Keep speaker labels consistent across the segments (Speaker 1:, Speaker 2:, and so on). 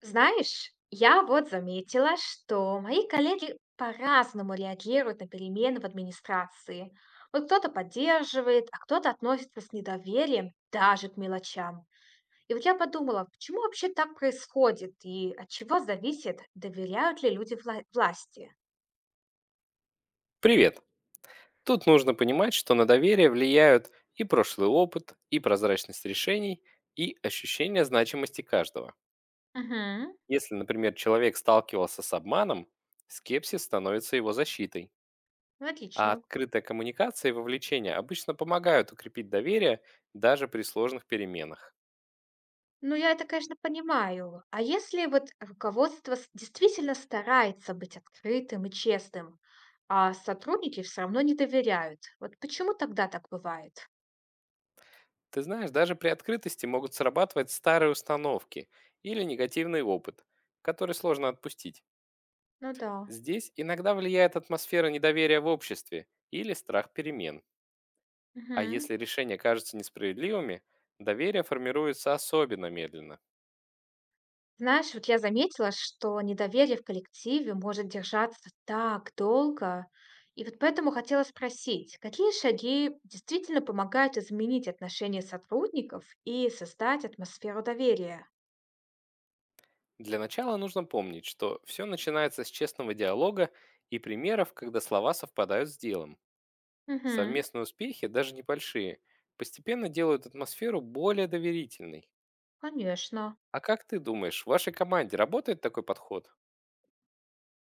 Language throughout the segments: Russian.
Speaker 1: Знаешь, я вот заметила, что мои коллеги по-разному реагируют на перемены в администрации. Вот кто-то поддерживает, а кто-то относится с недоверием даже к мелочам. И вот я подумала, почему вообще так происходит и от чего зависит, доверяют ли люди вла- власти?
Speaker 2: Привет! Тут нужно понимать, что на доверие влияют и прошлый опыт, и прозрачность решений, и ощущение значимости каждого.
Speaker 1: Угу,
Speaker 2: Если, например, человек сталкивался с обманом, скепсис становится его защитой. А
Speaker 1: отлично.
Speaker 2: открытая коммуникация и вовлечение обычно помогают укрепить доверие даже при сложных переменах.
Speaker 1: Ну, я это, конечно, понимаю. А если вот руководство с- действительно старается быть открытым и честным, а сотрудники все равно не доверяют, вот почему тогда так бывает?
Speaker 2: Ты знаешь, даже при открытости могут срабатывать старые установки или негативный опыт, который сложно отпустить.
Speaker 1: Ну да.
Speaker 2: Здесь иногда влияет атмосфера недоверия в обществе или страх перемен. А
Speaker 1: Мгм.
Speaker 2: если решения кажутся несправедливыми, доверие формируется особенно медленно.
Speaker 1: Знаешь, вот я заметила, что недоверие в коллективе может держаться так долго, и вот поэтому хотела спросить, какие шаги действительно помогают изменить отношения сотрудников и создать атмосферу доверия?
Speaker 2: Для начала нужно помнить, что все начинается с честного диалога и примеров, когда слова совпадают с делом.
Speaker 1: Угу,
Speaker 2: Совместные успехи, даже небольшие, постепенно делают атмосферу более доверительной.
Speaker 1: конечно.
Speaker 2: А как ты думаешь, в вашей команде работает такой подход?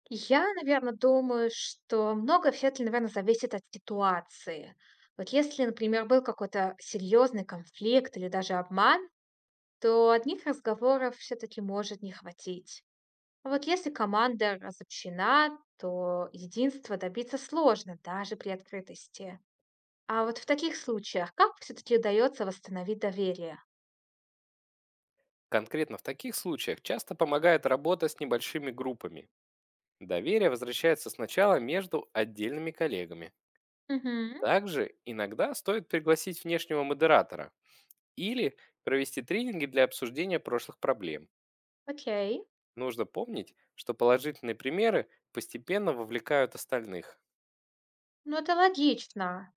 Speaker 1: Я, наверное, думаю, что много все таки наверное, зависит от ситуации. Вот если, например, был какой-то серьезный конфликт или даже обман, то одних разговоров все таки может не хватить. А вот если команда разобщена, то единства добиться сложно даже при открытости. А вот в таких случаях как все таки удается восстановить доверие?
Speaker 2: Конкретно в таких случаях часто помогает работа с небольшими группами. Доверие возвращается сначала между отдельными коллегами.
Speaker 1: Угу.
Speaker 2: Также иногда стоит пригласить внешнего модератора или провести тренинги для обсуждения прошлых проблем.
Speaker 1: Окей.
Speaker 2: Нужно помнить, что положительные примеры постепенно вовлекают остальных.
Speaker 1: Ну, это логично.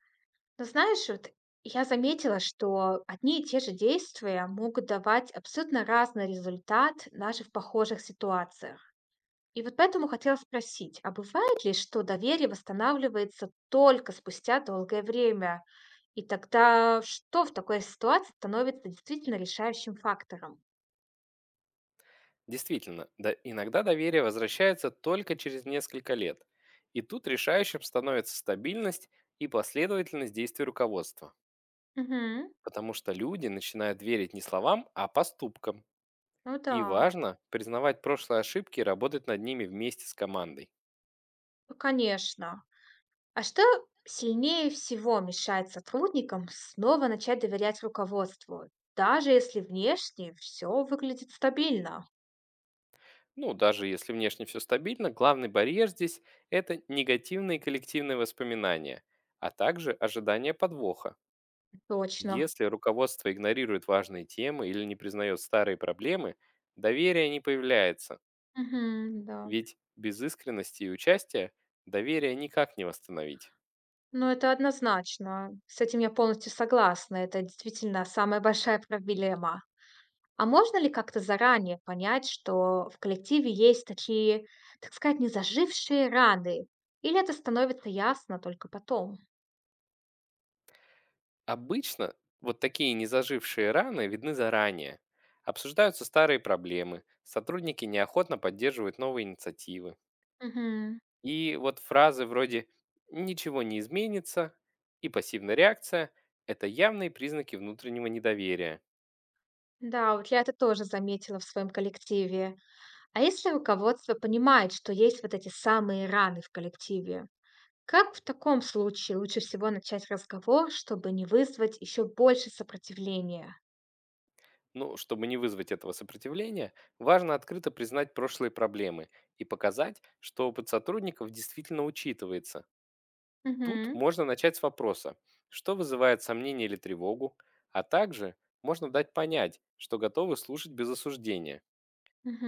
Speaker 1: Ну, знаешь, вот я заметила, что одни и те же действия могут давать абсолютно разный результат даже в похожих ситуациях. И вот поэтому хотела спросить, а бывает ли, что доверие восстанавливается только спустя долгое время? И тогда что в такой ситуации становится действительно решающим фактором?
Speaker 2: Действительно, иногда доверие возвращается только через несколько лет. И тут решающим становится стабильность и последовательность действий руководства.
Speaker 1: Угу.
Speaker 2: Потому что люди начинают верить не словам, а поступкам.
Speaker 1: Ну да,
Speaker 2: И важно признавать прошлые ошибки и работать над ними вместе с командой.
Speaker 1: ну, конечно. А что сильнее всего мешает сотрудникам снова начать доверять руководству, даже если внешне все выглядит стабильно?
Speaker 2: Ну, даже если внешне все стабильно, главный барьер здесь — это негативные коллективные воспоминания, а также ожидание подвоха.
Speaker 1: Точно.
Speaker 2: Если руководство игнорирует важные темы или не признает старые проблемы, доверие не появляется,
Speaker 1: Мгм, да.
Speaker 2: ведь без искренности и участия доверие никак не восстановить.
Speaker 1: Ну, это однозначно. С этим я полностью согласна. Это действительно самая большая проблема. А можно ли как-то заранее понять, что в коллективе есть такие, так сказать, незажившие раны? Или это становится ясно только потом?
Speaker 2: Обычно вот такие незажившие раны видны заранее. Обсуждаются старые проблемы, сотрудники неохотно поддерживают новые инициативы.
Speaker 1: Мгм.
Speaker 2: И вот фразы вроде «ничего не изменится» и «пассивная реакция» — это явные признаки внутреннего недоверия.
Speaker 1: Да, вот я это тоже заметила в своем коллективе. А если руководство понимает, что есть вот эти самые раны в коллективе, как в таком случае лучше всего начать разговор, чтобы не вызвать еще больше сопротивления?
Speaker 2: Ну, чтобы не вызвать этого сопротивления, важно открыто признать прошлые проблемы и показать, что опыт сотрудников действительно учитывается. Тут
Speaker 1: Мгм.
Speaker 2: можно начать с вопроса, что вызывает сомнение или тревогу, а также можно дать понять, что готовы слушать без осуждения.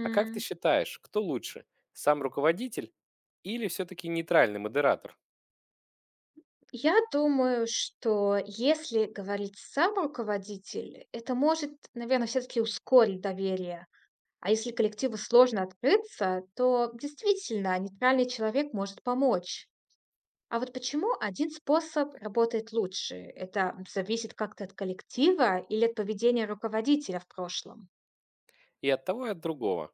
Speaker 2: А как ты считаешь, кто лучше, сам руководитель или все-таки нейтральный модератор?
Speaker 1: Я думаю, что если говорит сам руководитель, это может, наверное, все-таки ускорить доверие. А если коллективу сложно открыться, то действительно нейтральный человек может помочь. А вот почему один способ работает лучше? Это зависит как-то от коллектива или от поведения руководителя в прошлом?
Speaker 2: И от того, и от другого.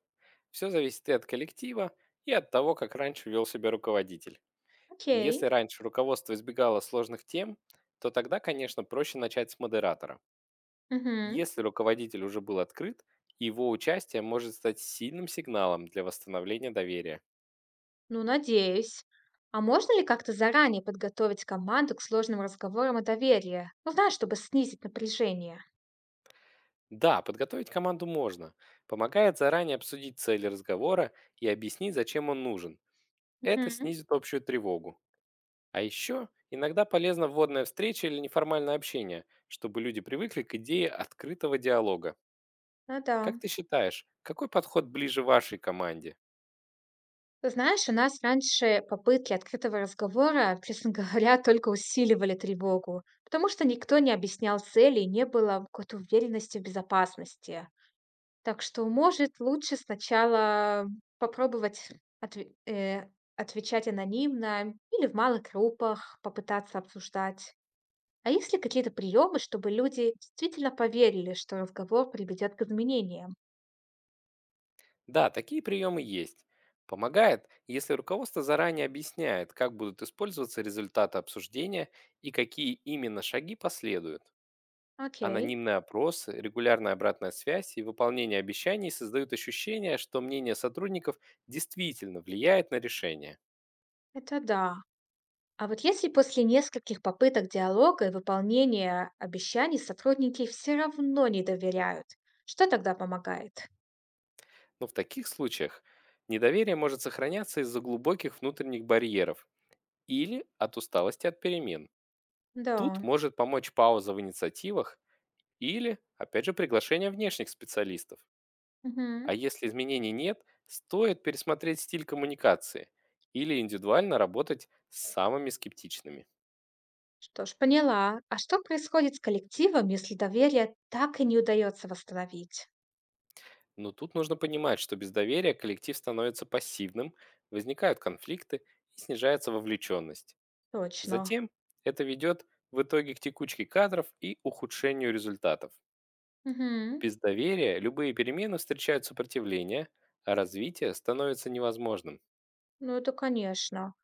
Speaker 2: Все зависит и от коллектива, и от того, как раньше вел себя руководитель. Если
Speaker 1: Окей.
Speaker 2: раньше руководство избегало сложных тем, то тогда, конечно, проще начать с модератора.
Speaker 1: Мгм.
Speaker 2: Если руководитель уже был открыт, его участие может стать сильным сигналом для восстановления доверия.
Speaker 1: Ну, надеюсь. А можно ли как-то заранее подготовить команду к сложным разговорам о доверии? Ну, знаешь, чтобы снизить напряжение.
Speaker 2: Да, подготовить команду можно. Помогает заранее обсудить цели разговора и объяснить, зачем он нужен. Это
Speaker 1: Мгм.
Speaker 2: снизит общую тревогу. А еще иногда полезна вводная встреча или неформальное общение, чтобы люди привыкли к идее открытого диалога.
Speaker 1: Ну да.
Speaker 2: Как ты считаешь, какой подход ближе вашей команде?
Speaker 1: Ты знаешь, у нас раньше попытки открытого разговора, честно говоря, только усиливали тревогу, потому что никто не объяснял цели и не было какой-то уверенности в безопасности. Так что, может, лучше сначала попробовать отве э, отвечать анонимно или в малых группах попытаться обсуждать. А есть ли какие-то приемы, чтобы люди действительно поверили, что разговор приведет к изменениям?
Speaker 2: Да, такие приемы есть. Помогает, если руководство заранее объясняет, как будут использоваться результаты обсуждения и какие именно шаги последуют.
Speaker 1: Окей,
Speaker 2: Анонимные опросы, регулярная обратная связь и выполнение обещаний создают ощущение, что мнение сотрудников действительно влияет на решение.
Speaker 1: это да. А вот если после нескольких попыток диалога и выполнения обещаний сотрудники все равно не доверяют, что тогда помогает?
Speaker 2: Но в таких случаях недоверие может сохраняться из-за глубоких внутренних барьеров или от усталости от перемен.
Speaker 1: Да.
Speaker 2: Тут может помочь пауза в инициативах. Или, опять же, приглашение внешних специалистов. А
Speaker 1: Мгм.
Speaker 2: если изменений нет, стоит пересмотреть стиль коммуникации или индивидуально работать с самыми скептичными.
Speaker 1: Что ж, поняла. А что происходит с коллективом, если доверие так и не удается восстановить?
Speaker 2: Но тут нужно понимать, что без доверия коллектив становится пассивным, возникают конфликты и снижается вовлеченность.
Speaker 1: Точно.
Speaker 2: Затем это ведет в итоге к текучке кадров и ухудшению результатов.
Speaker 1: Мгм.
Speaker 2: Без доверия любые перемены встречают сопротивление, а развитие становится невозможным.
Speaker 1: Ну, это конечно.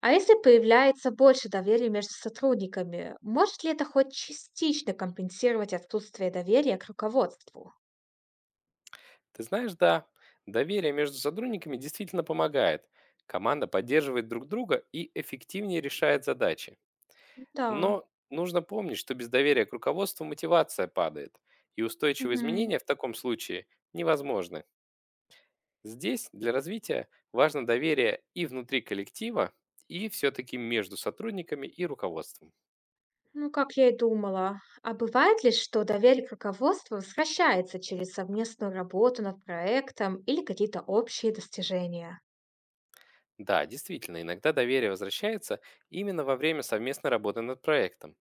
Speaker 1: А если появляется больше доверия между сотрудниками, может ли это хоть частично компенсировать отсутствие доверия к руководству?
Speaker 2: Ты знаешь, да, доверие между сотрудниками действительно помогает. Команда поддерживает друг друга и эффективнее решает задачи.
Speaker 1: Да.
Speaker 2: Но нужно помнить, что без доверия к руководству мотивация падает, и устойчивые
Speaker 1: Мгм.
Speaker 2: изменения в таком случае невозможны. Здесь для развития важно доверие и внутри коллектива, и все-таки между сотрудниками и руководством.
Speaker 1: Ну, как я и думала. А бывает ли, что доверие к руководству возвращается через совместную работу над проектом или какие-то общие достижения?
Speaker 2: Да, действительно, иногда доверие возвращается именно во время совместной работы над проектом.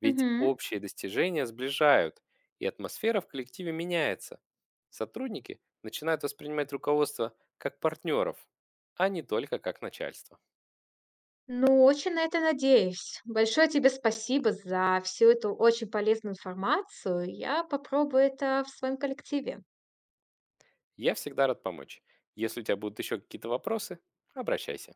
Speaker 2: Ведь
Speaker 1: Мгм.
Speaker 2: общие достижения сближают, и атмосфера в коллективе меняется. Сотрудники начинают воспринимать руководство как партнеров, а не только как начальство.
Speaker 1: Ну, очень на это надеюсь. Большое тебе спасибо за всю эту очень полезную информацию. Я попробую это в своем коллективе.
Speaker 2: Я всегда рад помочь. Если у тебя будут еще какие-то вопросы, обращайся.